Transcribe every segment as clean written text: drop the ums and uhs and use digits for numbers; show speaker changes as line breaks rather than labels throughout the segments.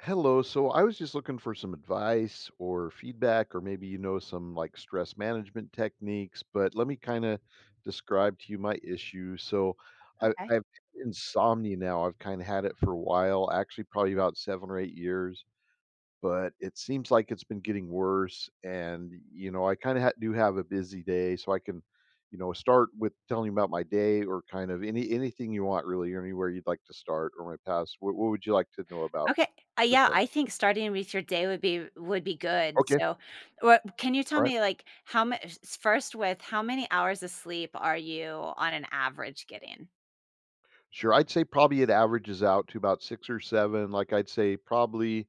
Hello. So I was just looking for some advice or feedback, or maybe some like stress management techniques, but let me kind of describe to you my issue. So I've
Okay.
had insomnia now. I've kind of had it for a while, actually, probably about 7 or 8 years, but it seems like it's been getting worse. And, I kind of do have a busy day, so I can. Start with telling you about my day, or kind of anything you want, really, or anywhere you'd like to start, or my past. What would you like to know about
Okay.
to
Yeah,
start?
I think starting with your day would be good.
Okay.
So, what can you tell
Alright.
me, like, how much first with how many hours of sleep are you on an average getting?
Sure, I'd say probably it averages out to about 6 or 7, like, I'd say probably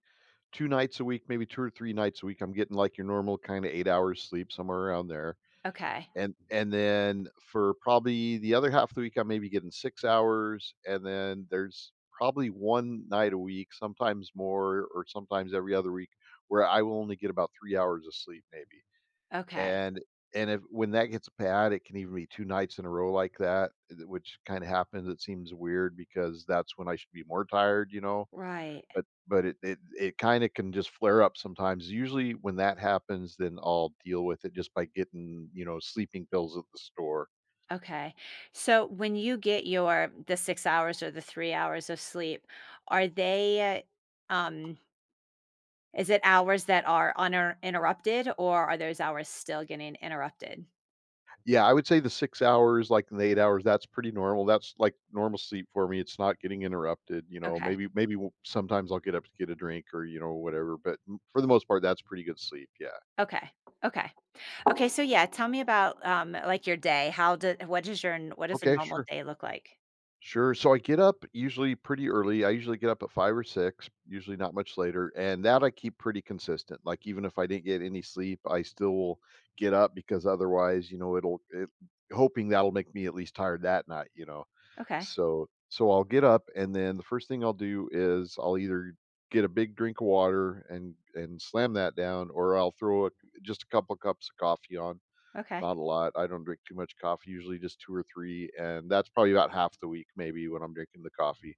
2 nights a week, maybe 2 or 3 nights a week, I'm getting, like, your normal kinda 8 hours sleep, somewhere around there,
Okay.
and then for probably the other half of the week, I am maybe getting 6 hours, and then there's probably 1 night a week, sometimes more or sometimes every other week, where I will only get about 3 hours of sleep, maybe.
Okay.
And and if when that gets bad, it can even be 2 nights in a row like that, eh, th which kinda happens. It seems weird because that's when I should be more tired, you know?
Right.
But it kinda can just flare up sometimes. Usually when that happens, then I'll deal with it just by getting, sleeping pills at the store.
Okay. So, when you get your the 6 hours or the 3 hours of sleep, are they uh, um is it hours that are uninterrupted, or are those hours still getting interrupted?
Yeah, I would say the 6 hours, like, the 8 hours, that's pretty normal. That's, like, normal sleep for me. It's not getting interrupted, you know?
Okay.
Maybe maybe w Sometimes I'll get up to get a drink or, whatever, but m for the most part, that's pretty good sleep, yeah.
Okay. Okay. Okay, so yeah, tell me about, like, your day. How do What does a
Okay,
normal
sure.
day look like?
Sure. So I get up usually pretty early. I usually get up at five or six, usually not much later. And that I keep pretty consistent. Like, even if I didn't get any sleep, I still will get up because otherwise, hoping that'll make me at least tired that night.
Okay,
So I'll get up, and then the first thing I'll do is I'll either get a big drink of water and slam that down, or I'll throw just a couple cups of coffee on.
okay,
Not a lot. I don't drink too much coffee, usually just 2 or 3, and that's probably about half the week maybe when I'm drinking the coffee.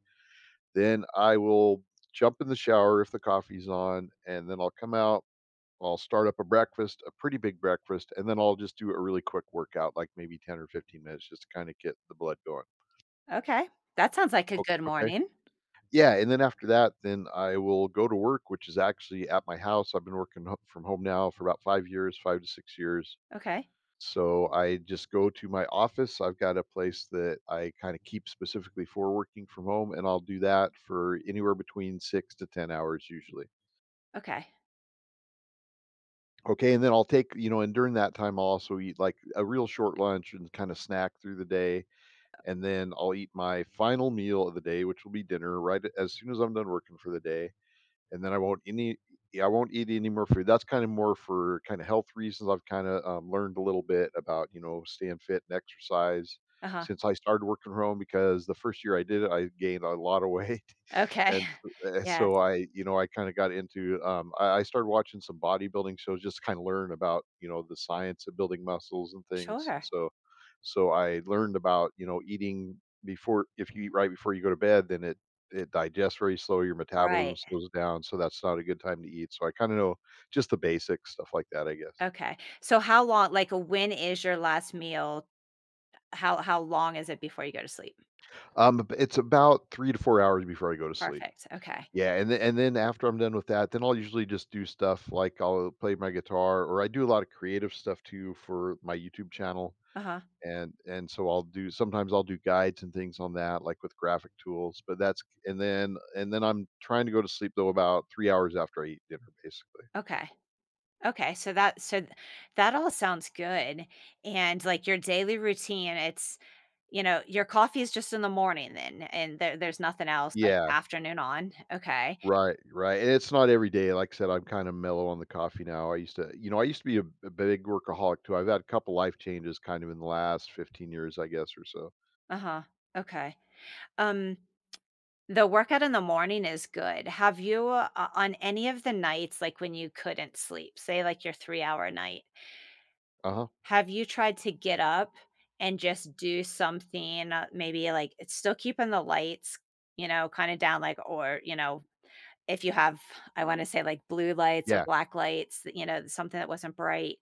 Then I will jump in the shower if the coffee's on, and then I'll come out, I'll start up a breakfast, a pretty big breakfast, and then I'll just do a really quick workout, like maybe 10 or 15 minutes just to kinda get the blood going.
okay. That sounds like a
O
good
okay.
morning.
Yeah, and then after that, then I will go to work, which is actually at my house. I've been working ho from home now for about 5 years, 5 to 6 years.
Okay,
So I just go to my office. I've got a place that I kind of keep specifically for working from home, and I'll do that for anywhere between 6 to 10 hours usually.
okay.
Okay. And then I'll take, you know, and during that time, I'll also eat like a real short lunch and kind of snack through the day. And then I'll eat my final meal of the day, which will be dinner right as soon as I'm done working for the day. And then I won't eat any more food. That's kind of more for kind of health reasons. I've kind of learned a little bit about staying fit and exercise
Uh-huh.
since I started working from home because the first year I did it, I gained a lot of weight.
Okay.
And so, and
Yes,
so I kind of got into, I started watching some bodybuilding shows just kind of learn about, the science of building muscles and things. And
sure.
so, so I learned about, eating before. If you eat right before you go to bed, then it digests very slow. Your metabolism
Right,
slows down. So that's not a good time to eat. So I kind of know just the basics, stuff like that, I guess.
okay. So when is your last meal? How long is it before you go to sleep?
It's about 3 to 4 hours before I go to sleep.
Perfect, okay.
Yeah, and then after I'm done with that, then I'll usually just do stuff like I'll play my guitar, or I do a lot of creative stuff too for my YouTube channel.
Uh-huh,
And so I'll do sometimes I'll do guides and things on that, like with graphic tools. But that's and then I'm trying to go to sleep though about 3 hours after I eat dinner, basically.
okay. Okay, so that all sounds good. And like your daily routine, it's, you know, your coffee is just in the morning then, and there's nothing else, like,
Yeah,
afternoon on. Okay.
right, right. And it's not every day. Like I said, I'm kind of mellow on the coffee now. I used to, I used to be a big workaholic too. I've had a couple life changes kind of in the last 15 years, I guess, or so.
Uh-huh. Okay. Um the workout in the morning is good. Have you, on any of the nights, like when you couldn't sleep, say like your 3-hour night,
Uh huh.
have you tried to get up and just do something, maybe, like, it's still keeping the lights, you know, kind of down, like, or, you know, if you have, I wanna say, like, blue lights or
Yeah.
black lights, that, you know, something that wasn't bright,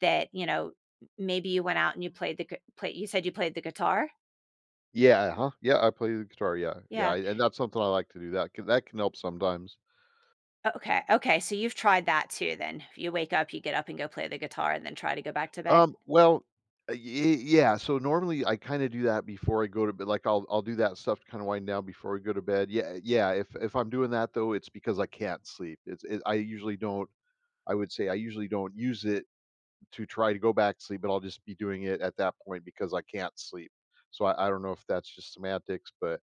that, you know, m maybe you went out and you played the gu play you said you played the guitar?
Yeah, yeah, I play the guitar, yeah, yeah,
Yeah.
and that's something I like to do, that can help sometimes.
Okay, okay, so you've tried that too then. If you wake up, you get up and go play the guitar and then try to go back to bed?
Well, y yeah, so normally I kinda do that before I go to bed, like, I'll do that stuff to kinda wind down before I go to bed, yeah, if I'm doing that, though, it's because I can't sleep. It's it I would say I usually don't use it to try to go back to sleep, but I'll just be doing it at that point because I can't sleep, so I don't know if that's just semantics, but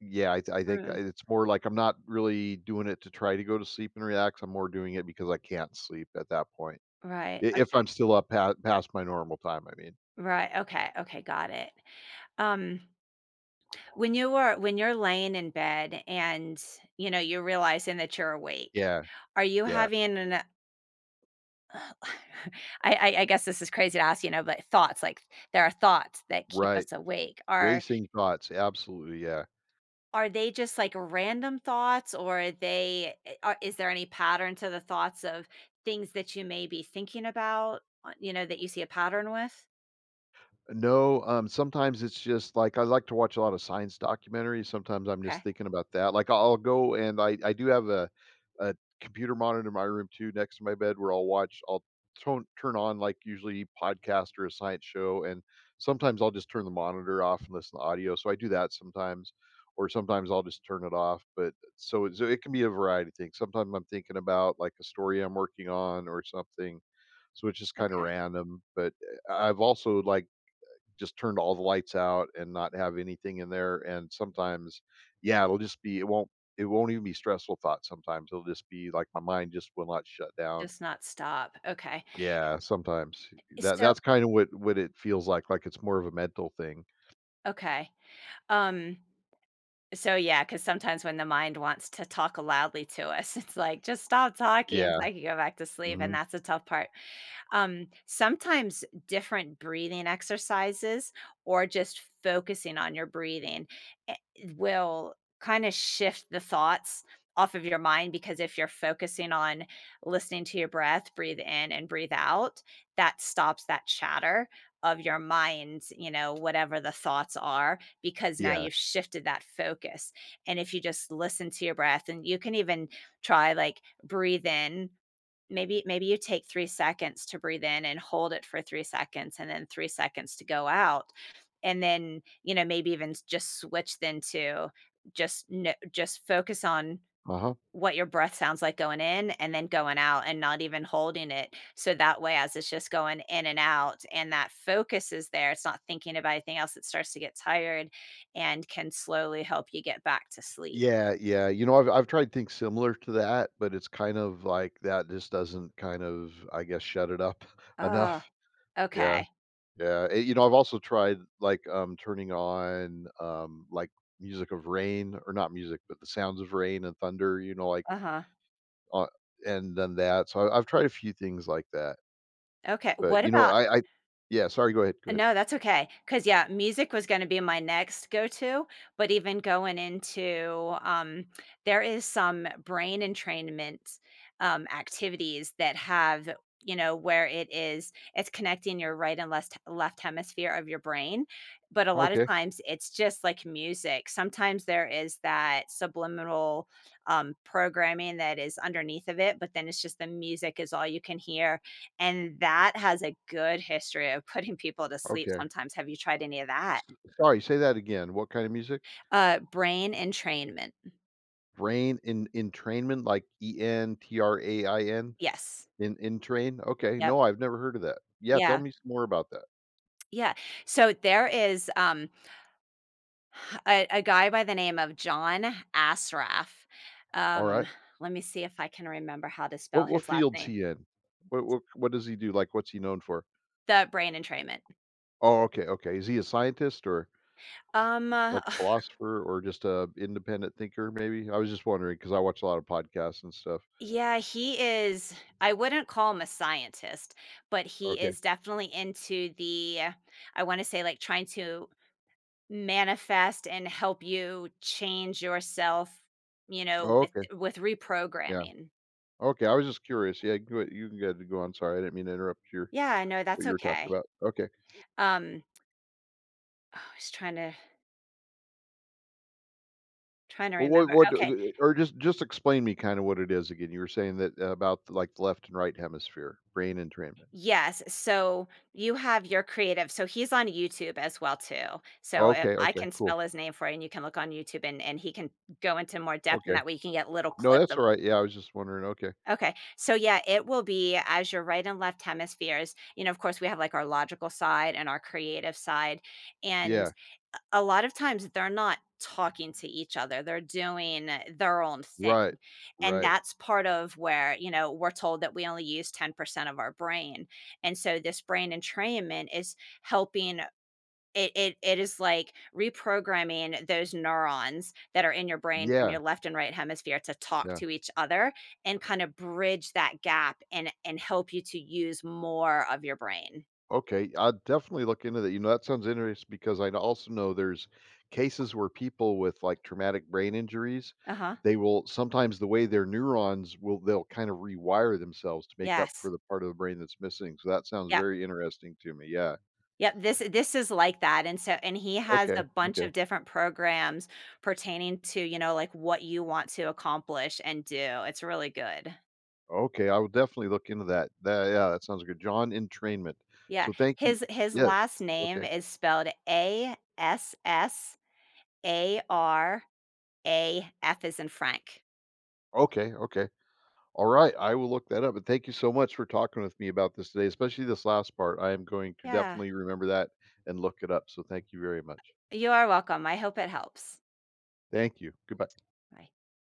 yeah, I think
Mm.
it's more like I'm not really doing it to try to go to sleep and relax, I'm more doing it because I can't sleep at that point.
Right,
I if
okay.
I'm still up pa past my normal time, I mean.
Right, okay, okay, got it. Um, when you were when you're laying in bed and, you know, you're realizing that you're awake,
Yeah,
are you
yeah,
having an I guess this is crazy to ask, you know, but thoughts, like, there are thoughts that keep
right.
us awake. Are
Racing thoughts, absolutely, yeah.
are they just, like, random thoughts, or are they, eh, are is there any pattern to the thoughts of things that you may be thinking about, you know, that you see a pattern with?
No, sometimes it's just like I like to watch a lot of science documentaries. Sometimes I'm just
Okay,
thinking about that. Like, I'll go, and I do have a computer monitor in my room too, next to my bed, where I'll watch. I'll turn on like usually podcast or a science show, and sometimes I'll just turn the monitor off and listen to audio. So I do that sometimes, or sometimes I'll just turn it off. But so it can be a variety of things. Sometimes I'm thinking about like a story I'm working on or something. So it's just kind of
okay.
random, but I've also like just turned all the lights out and not have anything in there. And sometimes, yeah, it'll just be it won't even be stressful thoughts. Sometimes it'll just be like my mind just will not shut down.
Just not stop, okay.
Yeah, sometimes that
So
that's kind of what it feels like. Like, it's more of a mental thing.
okay. Um, yeah, because sometimes when the mind wants to talk loudly to us, it's like, "Just stop talking," it's
Yeah.
like you go back to sleep, and
Hmm.
that's a tough part. Sometimes different breathing exercises, or just focusing on your breathing, eh, will kind of shift the thoughts off of your mind, because if you're focusing on listening to your breath, breathe in and breathe out, that stops that chatter of your mind, you know, whatever the thoughts are, because now
Yeah.
you've shifted that focus. And if you just listen to your breath, and you can even try, like, breathe in. Maybe you take 3 seconds to breathe in and hold it for 3 seconds and then 3 seconds to go out, and then, you know, maybe even s just switch then to just no just focus on
Uh huh.
what your breath sounds like going in and then going out and not even holding it, so that way, as it's just going in and out and that focus is there, it's not thinking about anything else, it starts to get tired and can slowly help you get back to sleep.
Yeah, yeah. I've tried things similar to that, but it's kind of like that just doesn't kind of, I guess, shut it up
Oh,
enough. Yeah.
okay.
Yeah, I've also tried, like, turning on, like, music of rain, or not music, but the sounds of rain and thunder, you know, like,
Uh-huh.
uh and then so I've tried a few things like that,
Okay,
but,
what
you know,
about—
I yeah, sorry, go ahead, go ahead.
No, that's okay. Cause yeah, music was gonna be my next go-to, but even going into, there is some brain entrainment, activities that have, you know, where it's connecting your right and left hemisphere of your brain, but a lot of
Okay,
times it's just like music. Sometimes there is that subliminal, programming that is underneath of it, but then it's just the music is all you can hear, and that has a good history of putting people to sleep
okay.
sometimes. Have you tried any of that?
Sorry, say that again, what kind of music?
Brain entrainment.
Rain in entrainment, like entrain?
Yes.
In entrain? Okay,
Yep.
no, I've never heard of that. Yeah, tell
Yeah.
me some more about that.
Yeah. So there is, a guy by the name of John Asraf. Um,
Alright.
Let me see if I can remember how to
What
spell
what
his last
field's
name.
he in? What does he do, like, what's he known for?
The brain entrainment.
Oh, okay, okay. Is he a scientist, or
Um, uh,
like a philosopher, or just a independent thinker maybe? I was just wondering because I watch a lot of podcasts and stuff.
yeah, he is I wouldn't call him a scientist, but he
Okay.
is definitely into the— I wanna say, like, trying to manifest and help you change yourself, you know,
Oh,
with
okay. Yeah.
reprogramming.
Okay, I was just curious. Yeah, go you can go on. Sorry, I didn't mean to interrupt your
Yeah, no,
what
that's
you were talking
okay.
about. Okay.
Um, oh, I was trying to— trying to
Well,
remember.
what
Okay.
do or just explain me kinda what it is again. You were saying that about, like, the left and right hemisphere, brain entrainment.
Yes, so you have your creative— so he's on YouTube as well too. So if
Okay,
I
okay,
can
cool.
spell his name for you and you can look on YouTube, and he can go into more depth, and
Okay.
that way you can get little
No,
clips
that's
of—
alright. Yeah, I was just wondering. Okay.
Okay. So yeah, it will be as your right and left hemispheres. You know, of course, we have like our logical side and our creative side. And
Yeah.
a lot of times they're not talking to each other, they're doing their own thing.
Right.
And
Right.
that's part of where, you know, we're told that we only use 10% of our brain. And so this brain entrainment is helping— it is like reprogramming those neurons that are in your brain from
Yeah.
your left and right hemisphere to talk
Yeah.
to each other and kind of bridge that gap, and help you to use more of your brain.
Okay, I'll definitely look into that. That sounds interesting because I also know there's cases where people with like traumatic brain injuries,
Uh-huh.
they will sometimes the way their neurons will they'll kind of rewire themselves to make up for
Yes.
the part of the brain that's missing. So that sounds
Yep.
very interesting to me. Yeah.
Yep. This is like that. And so and he has
Okay.
a bunch
Okay.
of different programs pertaining to, you know, like what you want to accomplish and do. It's really good.
Okay. I will definitely look into that. Yeah, that sounds good. John entrainment.
Yeah.
So thank you.
His
Yeah.
last
Okay.
name is spelled Assaraf as in Frank.
Okay. Okay. All right, I will look that up, and thank you so much for talking with me about this today, especially this last part. I am going to
Yeah,
definitely remember that and look it up. So thank you very much.
you are welcome. I hope it helps.
Thank you. Goodbye.
Bye.